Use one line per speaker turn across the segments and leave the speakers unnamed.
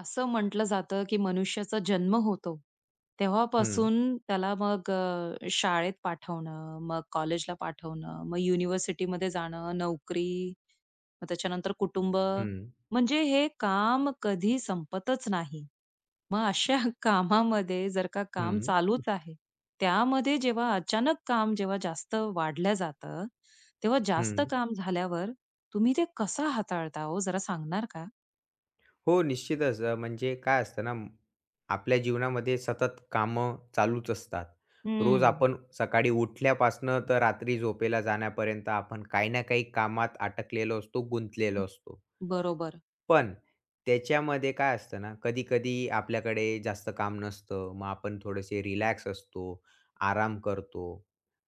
असं म्हटलं जातं, की मनुष्याचा जन्म होतो,
हं,
तेव्हापासून त्याला मग शाळेत पाठवणं, मग कॉलेजला पाठवणं, मग युनिव्हर्सिटीमध्ये जाणं, नोकरी, मग त्याच्यानंतर कुटुंब,
हं,
म्हणजे हे काम कधी संपतच नाही. मग अशा कामामध्ये जर का काम
हं,
चालूच आहे, त्यामध्ये जेव्हा अचानक काम जेव्हा जास्त वाढलं जातं, तेव्हा जास्त
हं.
काम झाल्यावर तुम्ही ते कसं हाताळता हो, जरा सांगणार का?
हो, निश्चितच म्हणजे काय असतं ना, आपल्या जीवनामध्ये सतत कामं चालूच असतात. रोज
हं.
आपण सकाळी उठल्यापासनं तर रात्री झोपेला जाण्यापर्यंत आपण काही ना काही कामात अटकलेलो असतो, गुंतलेलो असतो.
बरोबर.
पण त्याच्यामध्ये काय असतं ना, कधी-कधी आपल्याकडे जास्त काम नसतं. मग आपण थोडेसे रिलॅक्स असतो, आराम करतो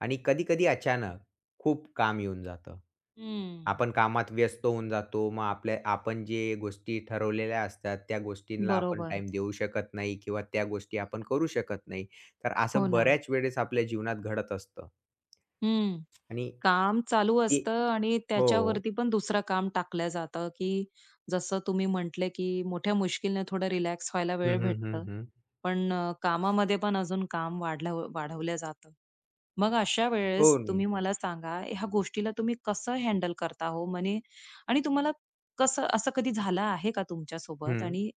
आणि कधी-कधी अचानक खूप काम येऊन जातं.
हं.
आपण कामात व्यस्त होऊन जातो. मग आपण जे गोष्टी ठरवलेल्या असतात, त्या गोष्टींना आपण
बरोबर.
टाईम देऊ शकत नाही किंवा त्या गोष्टी आपण करू शकत नाही. तर
हो
असं
ना.
बऱ्याच वेळेस आपल्या जीवनात घडत असतं.
हं.
आणि
काम चालू
ते
असतं आणि
हो.
त्याच्यावरती पण दुसरं काम टाकलं जातं, की जसं तुम्ही म्हटले, की मोठ्या मुश्किलने थोडं रिलॅक्स व्हायला
हं,
वेळ
हं, हं,
भेटतं.
हं.
पण कामामध्ये पण अजून काम वाढलं वाढवलं जातं. मग अशा
हो.
वेळेस तुम्ही मला सांगा, ह्या गोष्टीला तुम्ही कसं हँडल करता हो? म्हणे आणि तुम्हाला कसं असं कधी झालं आहे का तुमच्यासोबत?
हं,
आणि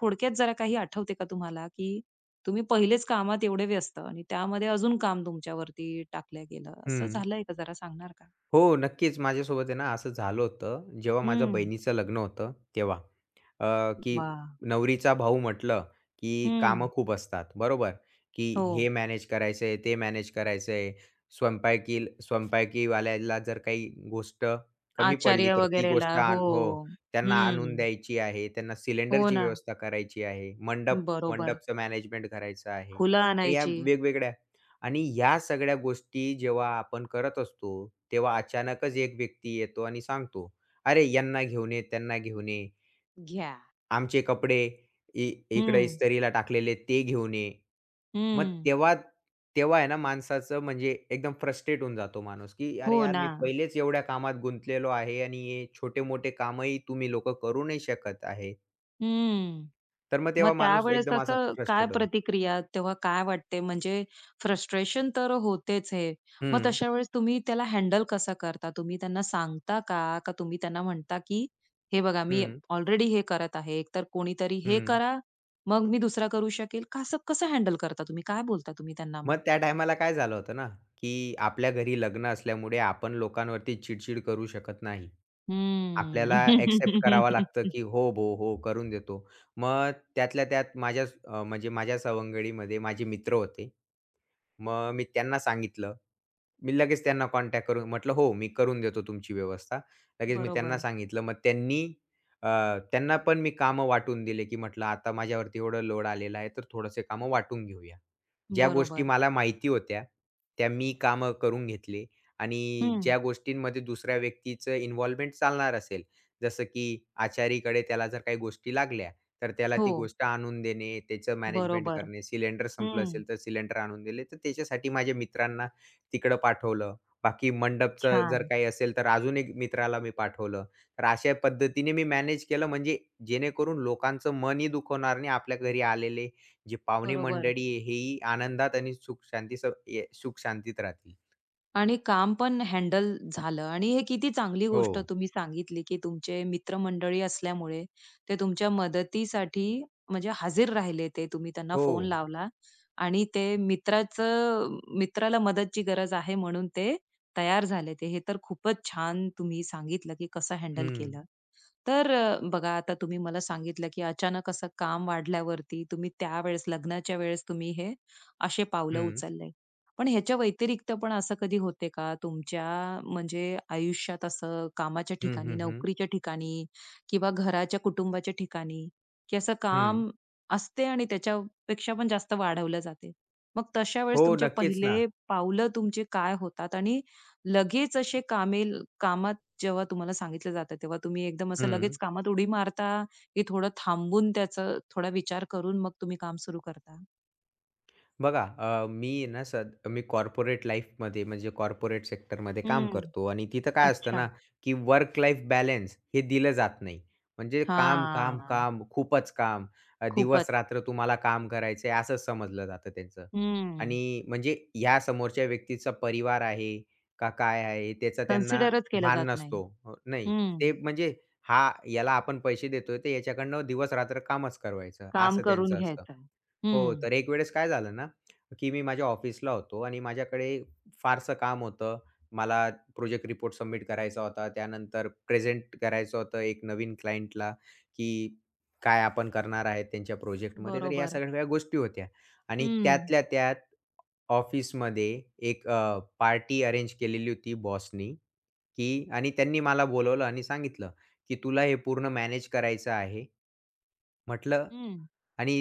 थोडक्यात जरा काही आठवते का तुम्हाला, की तुम्ही पहिलेच कामात एवढे व्यस्त आणि त्यामध्ये अजून काम तुमच्यावरती टाकलं गेलं. असं
हं.
झालंय का जरा सांगणार का?
हो, नक्कीच. माझ्यासोबत आहे ना असं झालं होतं, जेव्हा माझ्या
हं.
बहिणीचं लग्न होतं तेव्हा. अ, की
वाह!
नवरीचा भाऊ म्हटलं, की कामं
हं.
खूप असतात, बरोबर? की
हो.
हे मॅनेज करायचं आहे, ते मॅनेज करायचं आहे. स्वयंपाकीवाल्याला जर काही गोष्ट कमी पडली,
आचार्य
तर ती
वगैरेला.
गोष्ट
हो.
आण हो, त्यांना आणून
हं.
द्यायची आहे. त्यांना
हो
सिलेंडरची
ना.
व्यवस्था करायची आहे.
बरोबर.
मंडपचं मॅनेजमेंट करायचं आहे.
फुलं
तर या
आणायची.
वेगवेगळ्या आणि या सगळ्या गोष्टी जेव्हा आपण करत असतो, तेव्हा अचानकच एक व्यक्ती येतो आणि सांगतो, "अरे, यांना घेऊन ये, त्यांना घेऊन ये."
घ्या.
आमचे कपडे इ इकडे
हं.
इस्त्रीला टाकलेले ते घेऊन ये. मग
हं.
तेव्हा तेव्हा आहे ना माणसाचं म्हणजे एकदम फ्रस्ट्रेट होऊन जातो माणूस, की
हो
"अरे यार,
ना.
मी पहिलेच एवढ्या कामात गुंतलेलो आहे आणि हे छोटे-मोठे कामही तुम्ही लोकं करू नाही शकत आहे."
हं.
तर मग
मग
तेव्हा माणूस
त्यावेळेस
एकदम असा
असं काय
फ्रस्ट्रेट होतो.
प्रतिक्रिया तेव्हा काय वाटते? म्हणजे फ्रस्ट्रेशन तर होतेच हे. मग
हं,
तशा वेळेस तुम्ही त्याला हँडल कसं करता? तुम्ही त्यांना सांगता का? का तुम्ही त्यांना म्हणता, की "हे बघा मी
हं,
ऑलरेडी हे करत आहे. एकतर कोणीतरी हे
हं.
करा, मग मी दुसरा करू शकेल." कसं कसं हँडल करता तुम्ही? काय बोलता तुम्ही त्यांना मग?
मग त्या टायमाला काय झालं होतं ना, की आपल्या घरी लग्न असल्यामुळे आपण लोकांवरती चिड करू शकत नाही.
हम्म.
आपल्याला एक्सेप्ट करावं लागतं, की हो, हो, हो, करून देतो. मग त्यातल्या त्यात म्हणजे माझ्या सवंगडीमध्ये माझे मित्र होते. मग मी त्यांना सांगितलं. मी लगेच त्यांना कॉन्टॅक्ट करून म्हटलं, "हो, मी करून देतो तुमची व्यवस्था." लगेच मी त्यांना
बरोबर,
सांगितलं. मग अ, त्यांना पण मी कामं वाटून दिले, की म्हटलं, "आता माझ्यावरती एवढं लोड आलेला आहे, तर थोडेसे कामं वाटून घेऊया." ज्या गोष्टी
बरोबर.
मला माहिती होत्या, त्या मी कामं करून घेतले आणि
हं.
ज्या गोष्टींमध्ये दुसऱ्या व्यक्तीचं इन्व्हॉल्वमेंट चालणार असेल, जसं की आचारीकडे त्याला जर काही गोष्टी लागल्या, तर त्याला
हो.
ती गोष्ट आणून देणे, त्याचं मॅनेजमेंट
बरोबर.
करणे, सिलेंडर संपलं
हं.
असेल तर सिलेंडर आणून दिले. तर त्याच्यासाठी माझ्या मित्रांना तिकडं पाठवलं. बाकी मंडपचं जर
छान.
काही असेल तर अजून एक मित्राला मी पाठवलं. तर अशा पद्धतीने मी मॅनेज केलं म्हणजे जेणेकरून लोकांचं मनही दुखवणार नाही. आपल्या घरी आलेले जे पाहुणे
बरोबर.
मंडळी आहे हेही आनंदात आणि सुख-शांती स ए सुख-शांतीत राहतील.
आणि काम पण हँडल झालं आणि हे किती चांगली
हो,
गोष्ट तुम्ही सांगितली, की तुमचे मित्रमंडळी असल्यामुळे ते तुमच्या मदतीसाठी म्हणजे हजर राहिले ते. तुम्ही त्यांना
हो.
फोन लावला आणि ते मित्राचं मित्राला मदतची गरज आहे म्हणून ते तयार झाले ते. हे तर खूपच छान तुम्ही सांगितलं, की कसं हँडल
हं,
केलं. तर बघा आता तुम्ही मला सांगितलं, की अचानक असं काम वाढल्यावरती तुम्ही त्यावेळेस लग्नाच्या वेळेस तुम्ही हे असे पावलं
हं.
उचलले. पण ह्याच्या व्यतिरिक्त पण असं कधी होते का तुमच्या म्हणजे आयुष्यात असं कामाच्या
हं,
ठिकाणी,
हं, हं.
नोकरीच्या ठिकाणी किंवा घराच्या, कुटुंबाच्या ठिकाणी, की असं
हं.
काम असते आणि त्याच्यापेक्षा पण जास्त वाढवलं जाते. मग तशा
हो,
वेळेस तुमचे
नक्कीच ना.
पहिले पावलं तुमचे काय होतात आणि लगेच असे कामे कामात जेव्हा तुम्हाला सांगितलं जातं, तेव्हा तुम्ही एकदम असं
हं.
लगेच कामात उडी मारता, की थोडं थांबून त्याचा थोडा विचार करून मग तुम्ही काम सुरू करता?
बघा मी ना सद मी कॉर्पोरेट लाईफमध्ये म्हणजे कॉर्पोरेट सेक्टरमध्ये काम
हं.
करतो आणि तिथं काय असतं
अच्छा.
ना, की वर्क लाईफ बॅलन्स हे दिलं जात नाही. म्हणजे काम, काम,
हां.
काम, खूपच काम.
खूपच.
दिवस-रात्र तुम्हाला काम करायचं आहे, असं समजलं जातं त्यांचं.
हं.
आणि म्हणजे ह्या समोरच्या व्यक्तीचा परिवार आहे का काय आहे, त्याचा त्यांना
कन्सिडरच केलं
भान
जात नाही.
नसतो. नाही,
हं.
ते म्हणजे हा याला आपण पैसे देतोय, तर याच्याकडनं दिवस-रात्र कामच करवायचं,
काम
असं
करून
त्यांचं असतं.
घ्यायचं.
हो,
हं.
तर एक वेळेस काय झालं ना की मी माझ्या ऑफिसला होतो आणि माझ्याकडे फारसं काम होतं. मला प्रोजेक्ट रिपोर्ट सबमिट करायचा होता. त्यानंतर प्रेझेंट करायचं होतं एक नवीन क्लायंटला, की काय आपण करणार आहे त्यांच्या प्रोजेक्टमध्ये. तर या
बरोबर.
सगळ्या गोष्टी होत्या आणि
हं.
त्यातल्या त्यात ऑफिसमध्ये एक पार्टी अरेंज केलेली होती बॉसनी, की आणि त्यांनी मला बोलावलं आणि सांगितलं, की "तुला हे पूर्ण मॅनेज करायचं आहे." म्हटलं
हं.
आणि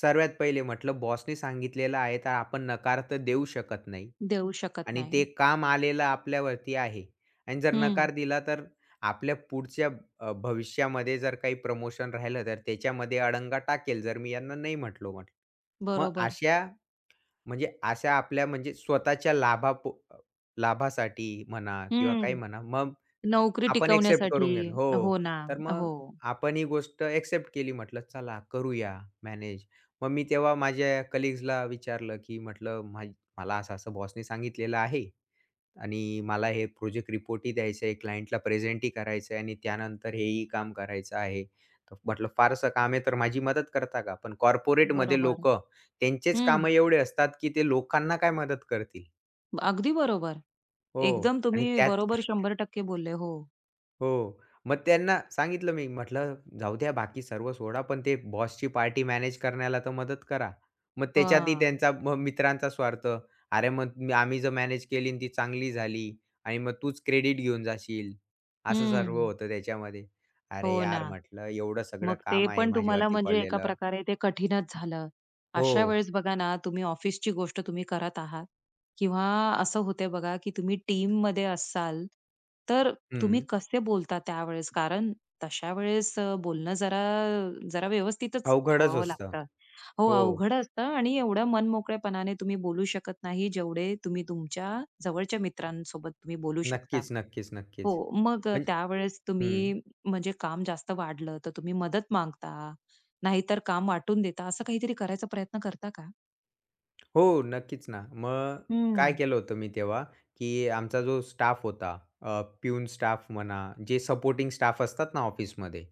सर्वात पहिले म्हटलं बॉसने सांगितलेलं आहे तर आपण नकार तर देऊ शकत नाही
देऊ शकत
आणि ते
नाही.
काम आलेलं आपल्यावरती आहे आणि जर
हं.
नकार दिला तर आपल्या पुढच्या भविष्यामध्ये जर काही प्रमोशन राहिलं तर त्याच्यामध्ये अडंगा टाकेल जर मी यांना नाही म्हटलो म्हटलं. मग
बरोबर.
अशा म्हणजे अशा आपल्या म्हणजे स्वतःच्या लाभासाठी म्हणा किंवा काही
हं.
म्हणा मग
नोकरी
आपण एक्सेप्ट
टिकवण्यासाठी
करून घेतलं.
हो
हो.
ना.
तर मग
हो.
आपण ही गोष्ट एक्सेप्ट केली म्हटलं, "चला करूया मॅनेज." मग मी तेव्हा माझ्या कलीग्सला विचारलं, की म्हटलं, मला असं-असं बॉसनी सांगितलेलं आहे आणि मला हे प्रोजेक्ट रिपोर्टही द्यायचं आहे, क्लायंटला प्रेझेंटही करायचं आहे आणि त्यानंतर हेही काम करायचं आहे." तर म्हटलं, "फारसं काम आहे तर माझी मदत करता का?" पण कॉर्पोरेटमध्ये
बरोबर.
लोकं त्यांचेच
हं.
कामं एवढे असतात, की ते लोकांना काय मदत करतील?
अगदी बरोबर.
हो
एकदम
आणि
तुम्ही
त्यात
बरोबर शंभर टक्के बोलले. हो.
हो. मग त्यांना सांगितलं मी म्हटलं, "जाऊ द्या बाकी सर्व सोडा, पण ते बॉसची पार्टी मॅनेज करण्याला तर मदत करा." मग त्याच्यातही
हां.
त्यांचा मग मित्रांचा स्वार्थ. " आम्ही जर मॅनेज केली आणि ती चांगली झाली आणि मग तूच क्रेडिट घेऊन जाशील." असं सर्व
हं.
होतं त्याच्यामध्ये. अरे
हो
यार
ना.
म्हटलं, एवढं सगळं
मग ते
काम आहे
पण तुम्हाला
माझ्यावरती
म्हणजे एका
पडलेलं.
प्रकारे ते कठीणच झालं.
हो.
अशा वेळेस बघा ना, तुम्ही ऑफिसची गोष्ट तुम्ही करत आहात किंवा असं होते बघा, की तुम्ही टीममध्ये असाल, तर तुम्ही
हं.
कसे बोलता त्यावेळेस? कारण तशा वेळेस बोलणं जरा जरा व्यवस्थितच
अवघडच
ठेवावं
असतं.
लागतं. हो,
हो.
अवघड असतं आणि एवढ्या मनमोकळेपणाने तुम्ही बोलू शकत नाही, जेवढे तुम्ही तुमच्या जवळच्या मित्रांसोबत तुम्ही बोलू शकता.
नक्कीच, नक्कीच,
हो.
नक्कीच.
मग
म्हणजे
त्यावेळेस
हं.
तुम्ही म्हणजे काम जास्त वाढलं, तर तुम्ही मदत मागता, नाहीतर काम वाटून देता, असं काहीतरी करायचा प्रयत्न करता का?
हो, नक्कीच ना. मग
हं.
काय केलं होतं मी तेव्हा, की आमचा जो स्टाफ होता, प्यून स्टाफ म्हणा, जे सपोर्टिंग स्टाफ असतात ना ऑफिसमध्ये,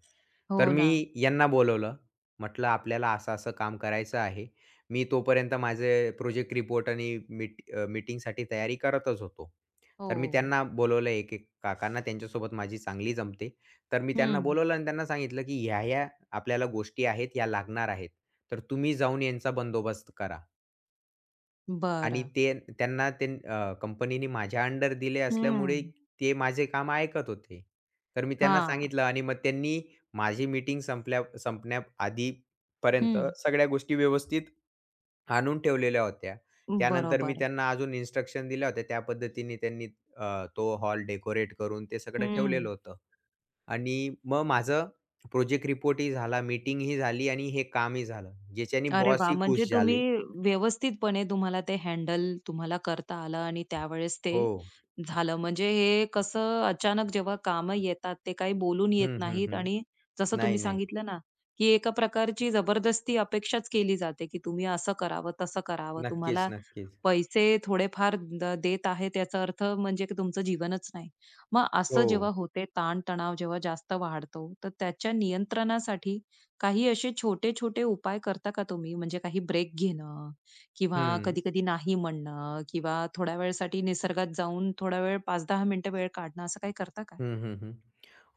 तर
हो ना.
मी यांना बोलवलं. म्हटलं, "आपल्याला असं-असं काम करायचं आहे." मी तोपर्यंत माझे प्रोजेक्ट रिपोर्ट आणि मीटिंगसाठी तयारी करतच होतो.
हो.
तर मी त्यांना बोलवलं एक-एक काकांना, त्यांच्यासोबत माझी चांगली जमते. तर मी त्यांना
हं.
बोलवलं आणि त्यांना सांगितलं, की "ह्या-ह्या आपल्याला गोष्टी आहेत, ह्या लागणार आहेत. तर तुम्ही जाऊन यांचा बंदोबस्त करा." आणि
बरं.
ते त्यांना ते अ, कंपनीने माझ्या अंडर दिले
हं.
असल्यामुळे ते माझे काम ऐकत होते. तर मी त्यांना
हां.
सांगितलं आणि मग त्यांनी माझी मीटिंग संपण्याआधी पर्यंत
हं.
सगळ्या गोष्टी व्यवस्थित आणून ठेवलेल्या होत्या. त्यानंतर मी
बरोबर.
त्यांना अजून इन्स्ट्रक्शन दिल्या होत्या. त्या पद्धतीने त्यांनी अ, तो हॉल डेकोरेट करून ते सगळं
हं.
ठेवलेलं होतं. आणि मग माझं प्रोजेक्ट रिपोर्टही झाला, मीटिंगही झाली आणि हे कामही झालं. ज्याच्याने
अरे वा
बॉसही
म्हणजे
खुश
तुम्ही
झाले.
व्यवस्थितपणे तुम्हाला ते हँडल करता आलं आणि त्यावेळेस ते
हो.
झालं. म्हणजे हे कसं अचानक जेव्हा काम येतात, ते काही बोलून येत
हं, हं,
नाहीत
हं.
आणि जसं
नाही,
तुम्ही
नाही.
सांगितलं ना, की एका प्रकारची जबरदस्ती अपेक्षाच केली जाते, की तुम्ही असं करावं, तसं करावं.
नक्कीच,
तुम्हाला
नक्कीच.
पैसे थोडेफार देत आहेत याचा अर्थ म्हणजे की तुमचं जीवनच नाही. मग असं
हो.
जेव्हा होते, ताण जेव्हा जास्त वाढतो, तर त्याच्या नियंत्रणासाठी काही असे छोटे-छोटे उपाय करता का तुम्ही? म्हणजे काही ब्रेक घेणं किंवा
हं.
कधी-कधी नाही म्हणणं किंवा थोड्या वेळसाठी निसर्गात जाऊन थोडा वेळ 5-10 मिनिटं वेळ काढणं असं काही करता का?
हं, हं, हं.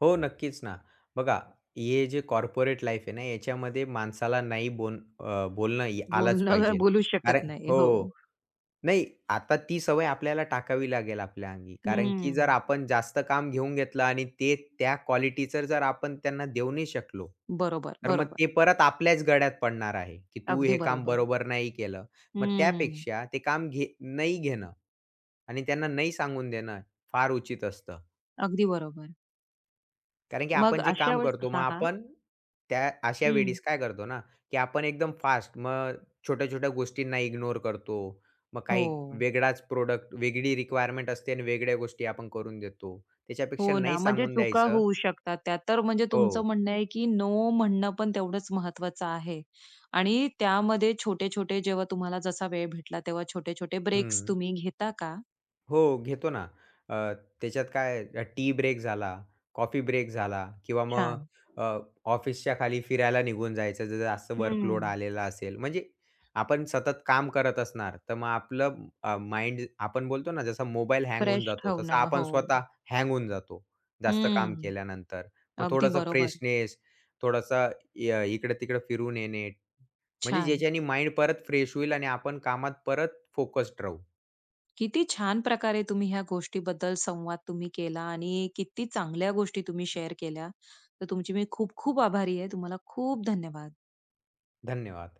हो, नक्कीच ना. बघा, हे जे कॉर्पोरेट लाईफ आहे ना, याच्यामध्ये माणसाला बोलणं आलंच
बोलणं
पाहिजे.
बोलू शकत
कारण
नाही. हो.
हो. नाही, आता ती सवय आपल्याला टाकावी लागेल आपल्या अंगी. कारण की जर
हं.
आपण जास्त काम घेऊन घेतलं आणि ते त्या क्वालिटीचं जर आपण त्यांना देऊ नाही शकलो,
बरोबर,
तर मग
बरोबर.
ते परत आपल्याच गळ्यात पडणार आहे, की तू
अगदी
हे काम
बरोबर.
बरोबर नाही केलं. मग
हं.
त्यापेक्षा ते काम घे नाही घेणं आणि त्यांना नाही सांगून देणं फार उचित असतं.
अगदी बरोबर.
कारण की
मग
आपण जे
अशा
काम
वेळेस
करतो, मग
हां, हां.
त्या अशा
हं.
वेळेस काय करतो ना, की आपण एकदम फास्ट मग छोट्या-छोट्या गोष्टींना इग्नोर करतो. मग
हो.
काही वेगळाच प्रोडक्ट वेगळी रिक्वायरमेंट असते आणि वेगळ्या गोष्टी आपण करून देतो. त्याच्यापेक्षा
हो ना,
नाही
म्हणजे
सांगून
चुका
द्यायचं.
होऊ शकतात त्या तर म्हणजे तुमचं
हो.
म्हणणं आहे, की नो म्हणणं पण तेवढंच महत्वाचं आहे. आणि त्यामध्ये छोटे-छोटे जेव्हा तुम्हाला जसा वेळ भेटला, तेव्हा छोटे-छोटे ब्रेक्स
हं.
तुम्ही घेता का?
हो, घेतो ना. अ, त्याच्यात काय टी ब्रेक झाला, कॉफी ब्रेक झाला किंवा मग
छान.
अ, ऑफिसच्या खाली फिरायला निघून जायचं, जर जास्त वर्कलोड
हं.
आलेला असेल. म्हणजे आपण सतत काम करत असणार, तर मग आपलं माइंड आपण बोलतो ना, जसा मोबाईल हँग होऊन
फ्रेश
जातो, तसा
ठेवणं.
आपण
हो.
स्वतः हँग होऊन जातो, जास्त काम
हं.
केल्यानंतर. मग
अगदी
थोडंसं
बरोबर.
फ्रेशनेस, थोडंसं इकडं फिरून येणे, म्हणजे
छान.
ज्याच्याने माइंड परत फ्रेश होईल आणि आपण कामात परत फोकस्ड राहू.
किती छान प्रकारे तुम्ही ह्या गोष्टीबद्दल संवाद तुम्ही केला आणि किती चांगल्या गोष्टी तुम्ही शेअर केल्या. तर तुमची मी खूप-खूप आभारी आहे. तुम्हाला खूप धन्यवाद.
धन्यवाद.